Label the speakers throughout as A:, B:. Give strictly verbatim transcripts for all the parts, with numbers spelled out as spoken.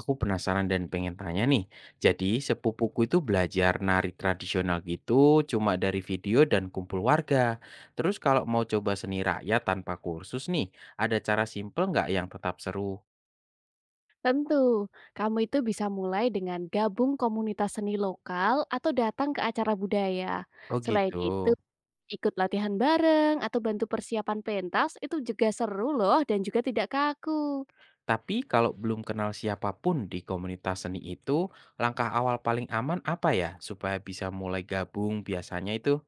A: Aku penasaran dan pengen tanya nih. Jadi sepupuku itu belajar nari tradisional gitu cuma dari video dan kumpul warga. Terus kalau mau coba seni rakyat tanpa kursus nih, ada cara simple nggak yang tetap seru?
B: Tentu, kamu itu bisa mulai dengan gabung komunitas seni lokal atau datang ke acara budaya.
A: Oh
B: Selain
A: gitu.
B: itu, ikut latihan bareng atau bantu persiapan pentas itu juga seru loh dan juga tidak kaku.
A: Tapi kalau belum kenal siapapun di komunitas seni itu, langkah awal paling aman apa ya supaya bisa mulai gabung biasanya itu?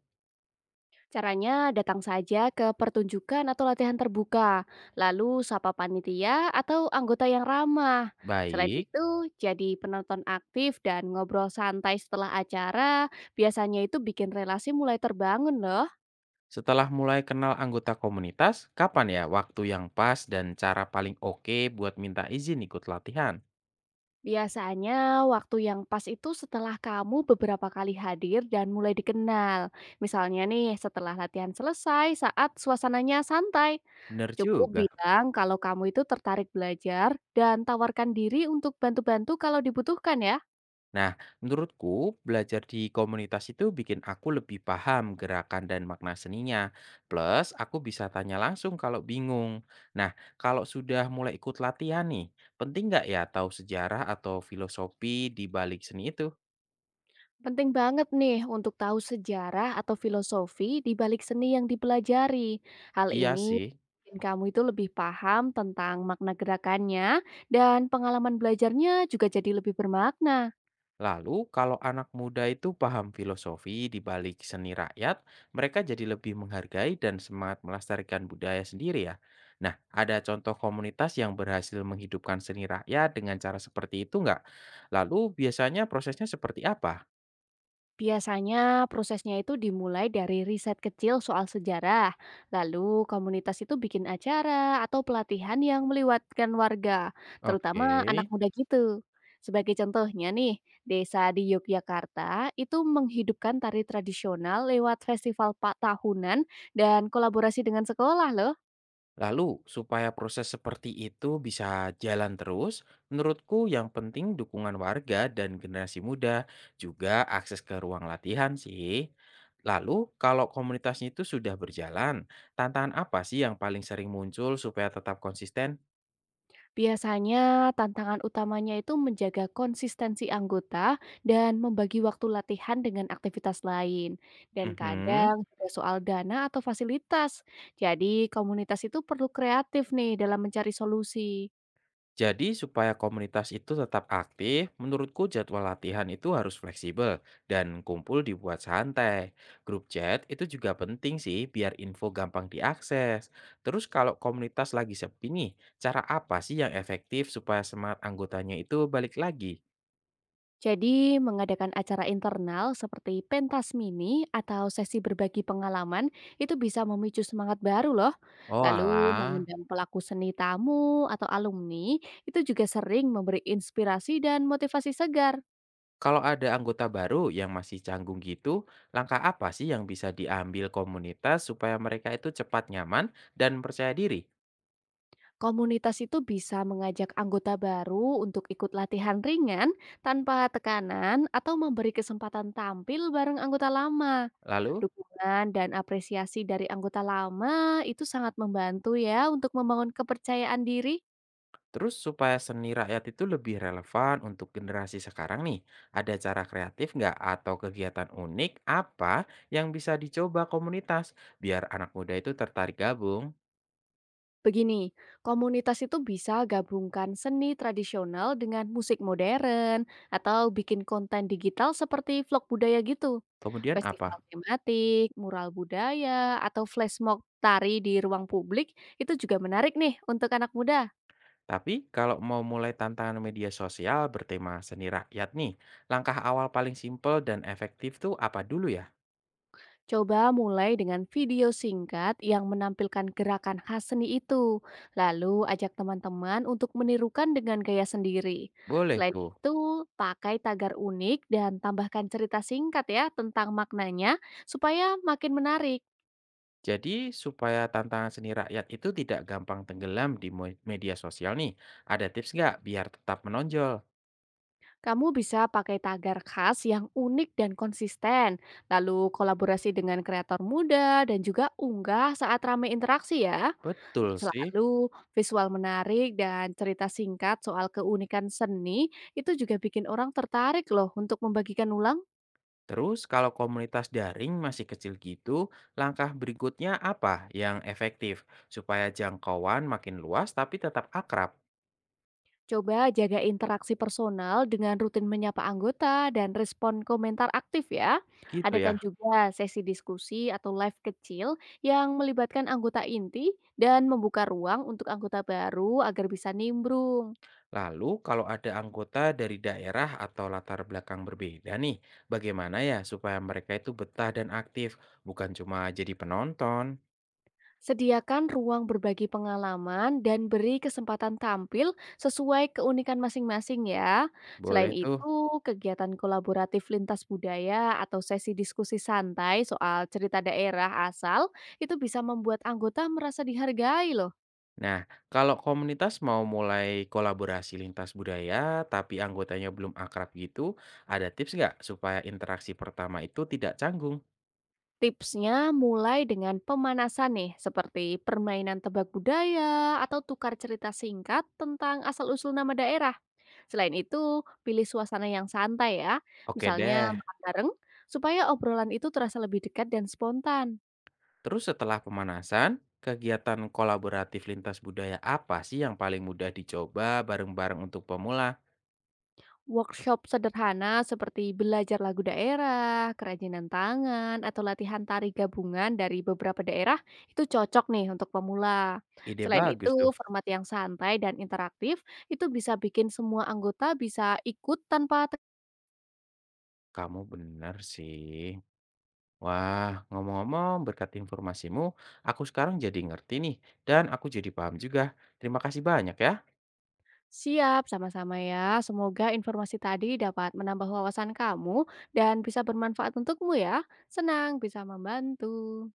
B: Caranya datang saja ke pertunjukan atau latihan terbuka, lalu sapa panitia atau anggota yang ramah. Selain
A: Baik.
B: itu, jadi penonton aktif dan ngobrol santai setelah acara, biasanya itu bikin relasi mulai terbangun loh.
A: Setelah mulai kenal anggota komunitas, kapan ya waktu yang pas dan cara paling oke buat minta izin ikut latihan?
B: Biasanya waktu yang pas itu setelah kamu beberapa kali hadir dan mulai dikenal. Misalnya nih setelah latihan selesai saat suasananya santai.
A: Bener
B: Cukup
A: juga.
B: bilang kalau kamu itu tertarik belajar dan tawarkan diri untuk bantu-bantu kalau dibutuhkan ya.
A: Nah, menurutku belajar di komunitas itu bikin aku lebih paham gerakan dan makna seninya. Plus, aku bisa tanya langsung kalau bingung. Nah, kalau sudah mulai ikut latihan nih, penting nggak ya tahu sejarah atau filosofi di balik seni itu?
B: Penting banget nih untuk tahu sejarah atau filosofi di balik seni yang dipelajari. Hal
A: Iya
B: ini
A: sih.
B: bikin kamu itu lebih paham tentang makna gerakannya dan pengalaman belajarnya juga jadi lebih bermakna.
A: Lalu, kalau anak muda itu paham filosofi di balik seni rakyat, mereka jadi lebih menghargai dan semangat melestarikan budaya sendiri ya. Nah, ada contoh komunitas yang berhasil menghidupkan seni rakyat dengan cara seperti itu nggak? Lalu, biasanya prosesnya seperti apa?
B: Biasanya prosesnya itu dimulai dari riset kecil soal sejarah, lalu komunitas itu bikin acara atau pelatihan yang melibatkan warga,
A: Oke.
B: terutama anak muda gitu. Sebagai contohnya nih, desa di Yogyakarta itu menghidupkan tari tradisional lewat festival pak tahunan dan kolaborasi dengan sekolah loh.
A: Lalu, supaya proses seperti itu bisa jalan terus, menurutku yang penting dukungan warga dan generasi muda, juga akses ke ruang latihan sih. Lalu, kalau komunitasnya itu sudah berjalan, tantangan apa sih yang paling sering muncul supaya tetap konsisten?
B: Biasanya, tantangan utamanya itu menjaga konsistensi anggota dan membagi waktu latihan dengan aktivitas lain, dan
A: Mhm.
B: kadang juga soal dana atau fasilitas. Jadi, komunitas itu perlu kreatif nih dalam mencari solusi.
A: Jadi supaya komunitas itu tetap aktif, menurutku jadwal latihan itu harus fleksibel dan kumpul dibuat santai. Grup chat itu juga penting sih biar info gampang diakses. Terus kalau komunitas lagi sepi nih, cara apa sih yang efektif supaya semangat anggotanya itu balik lagi?
B: Jadi, mengadakan acara internal seperti pentas mini atau sesi berbagi pengalaman itu bisa memicu semangat baru loh.
A: Oh
B: Lalu,
A: alah,
B: mengundang pelaku seni tamu atau alumni itu juga sering memberi inspirasi dan motivasi segar.
A: kalau ada anggota baru yang masih canggung gitu, langkah apa sih yang bisa diambil komunitas supaya mereka itu cepat nyaman dan percaya diri?
B: Komunitas itu bisa mengajak anggota baru untuk ikut latihan ringan tanpa tekanan atau memberi kesempatan tampil bareng anggota lama.
A: Lalu?
B: Dukungan dan apresiasi dari anggota lama itu sangat membantu ya untuk membangun kepercayaan diri.
A: Terus supaya seni rakyat itu lebih relevan untuk generasi sekarang nih, ada cara kreatif nggak atau kegiatan unik apa yang bisa dicoba komunitas biar anak muda itu tertarik gabung?
B: Begini, komunitas itu bisa gabungkan seni tradisional dengan musik modern atau bikin konten digital seperti vlog budaya gitu.
A: Kemudian
B: Festival
A: apa?
B: tematik, mural budaya, atau flashmob tari di ruang publik itu juga menarik nih untuk anak muda.
A: Tapi kalau mau mulai tantangan media sosial bertema seni rakyat nih, langkah awal paling simpel dan efektif tuh apa dulu ya?
B: Coba mulai dengan video singkat yang menampilkan gerakan khas seni itu. Lalu ajak teman-teman untuk menirukan dengan gaya sendiri.
A: Boleh
B: Selain
A: tuh.
B: itu, pakai tagar unik dan tambahkan cerita singkat ya tentang maknanya supaya makin menarik.
A: Jadi supaya tantangan seni rakyat itu tidak gampang tenggelam di mo- media sosial nih, ada tips nggak biar tetap menonjol?
B: Kamu bisa pakai tagar khas yang unik dan konsisten, lalu kolaborasi dengan kreator muda dan juga unggah saat ramai interaksi ya.
A: Betul sih.
B: Selalu visual menarik dan cerita singkat soal keunikan seni itu juga bikin orang tertarik loh untuk membagikan ulang.
A: Terus kalau komunitas daring masih kecil gitu, langkah berikutnya apa yang efektif supaya jangkauan makin luas tapi tetap akrab?
B: Coba jaga interaksi personal dengan rutin menyapa anggota dan respon komentar aktif ya.
A: Gitu ya.
B: Adakan juga sesi diskusi atau live kecil yang melibatkan anggota inti dan membuka ruang untuk anggota baru agar bisa nimbrung.
A: Lalu kalau ada anggota dari daerah atau latar belakang berbeda nih, bagaimana ya supaya mereka itu betah dan aktif, bukan cuma jadi penonton?
B: Sediakan ruang berbagi pengalaman dan beri kesempatan tampil sesuai keunikan masing-masing ya. Selain
A: Boleh tuh.
B: itu, kegiatan kolaboratif lintas budaya atau sesi diskusi santai soal cerita daerah asal itu bisa membuat anggota merasa dihargai loh.
A: Nah, kalau komunitas mau mulai kolaborasi lintas budaya tapi anggotanya belum akrab gitu, ada tips nggak supaya interaksi pertama itu tidak canggung?
B: Tipsnya mulai dengan pemanasan nih, seperti permainan tebak budaya atau tukar cerita singkat tentang asal-usul nama daerah. Selain itu, pilih suasana yang santai ya,
A: Oke
B: misalnya
A: deh.
B: makan bareng, supaya obrolan itu terasa lebih dekat dan spontan.
A: Terus setelah pemanasan, kegiatan kolaboratif lintas budaya apa sih yang paling mudah dicoba bareng-bareng untuk pemula?
B: Workshop sederhana seperti belajar lagu daerah, kerajinan tangan, atau latihan tari gabungan dari beberapa daerah itu cocok nih untuk pemula.
A: Ide
B: Selain itu,
A: bagus tuh.
B: format yang santai dan interaktif itu bisa bikin semua anggota bisa ikut tanpa.
A: Kamu benar sih. Wah, ngomong-ngomong berkat informasimu, aku sekarang jadi ngerti nih dan aku jadi paham juga. Terima kasih banyak ya.
B: Siap, sama-sama ya. Semoga informasi tadi dapat menambah wawasan kamu dan bisa bermanfaat untukmu ya. Senang bisa membantu.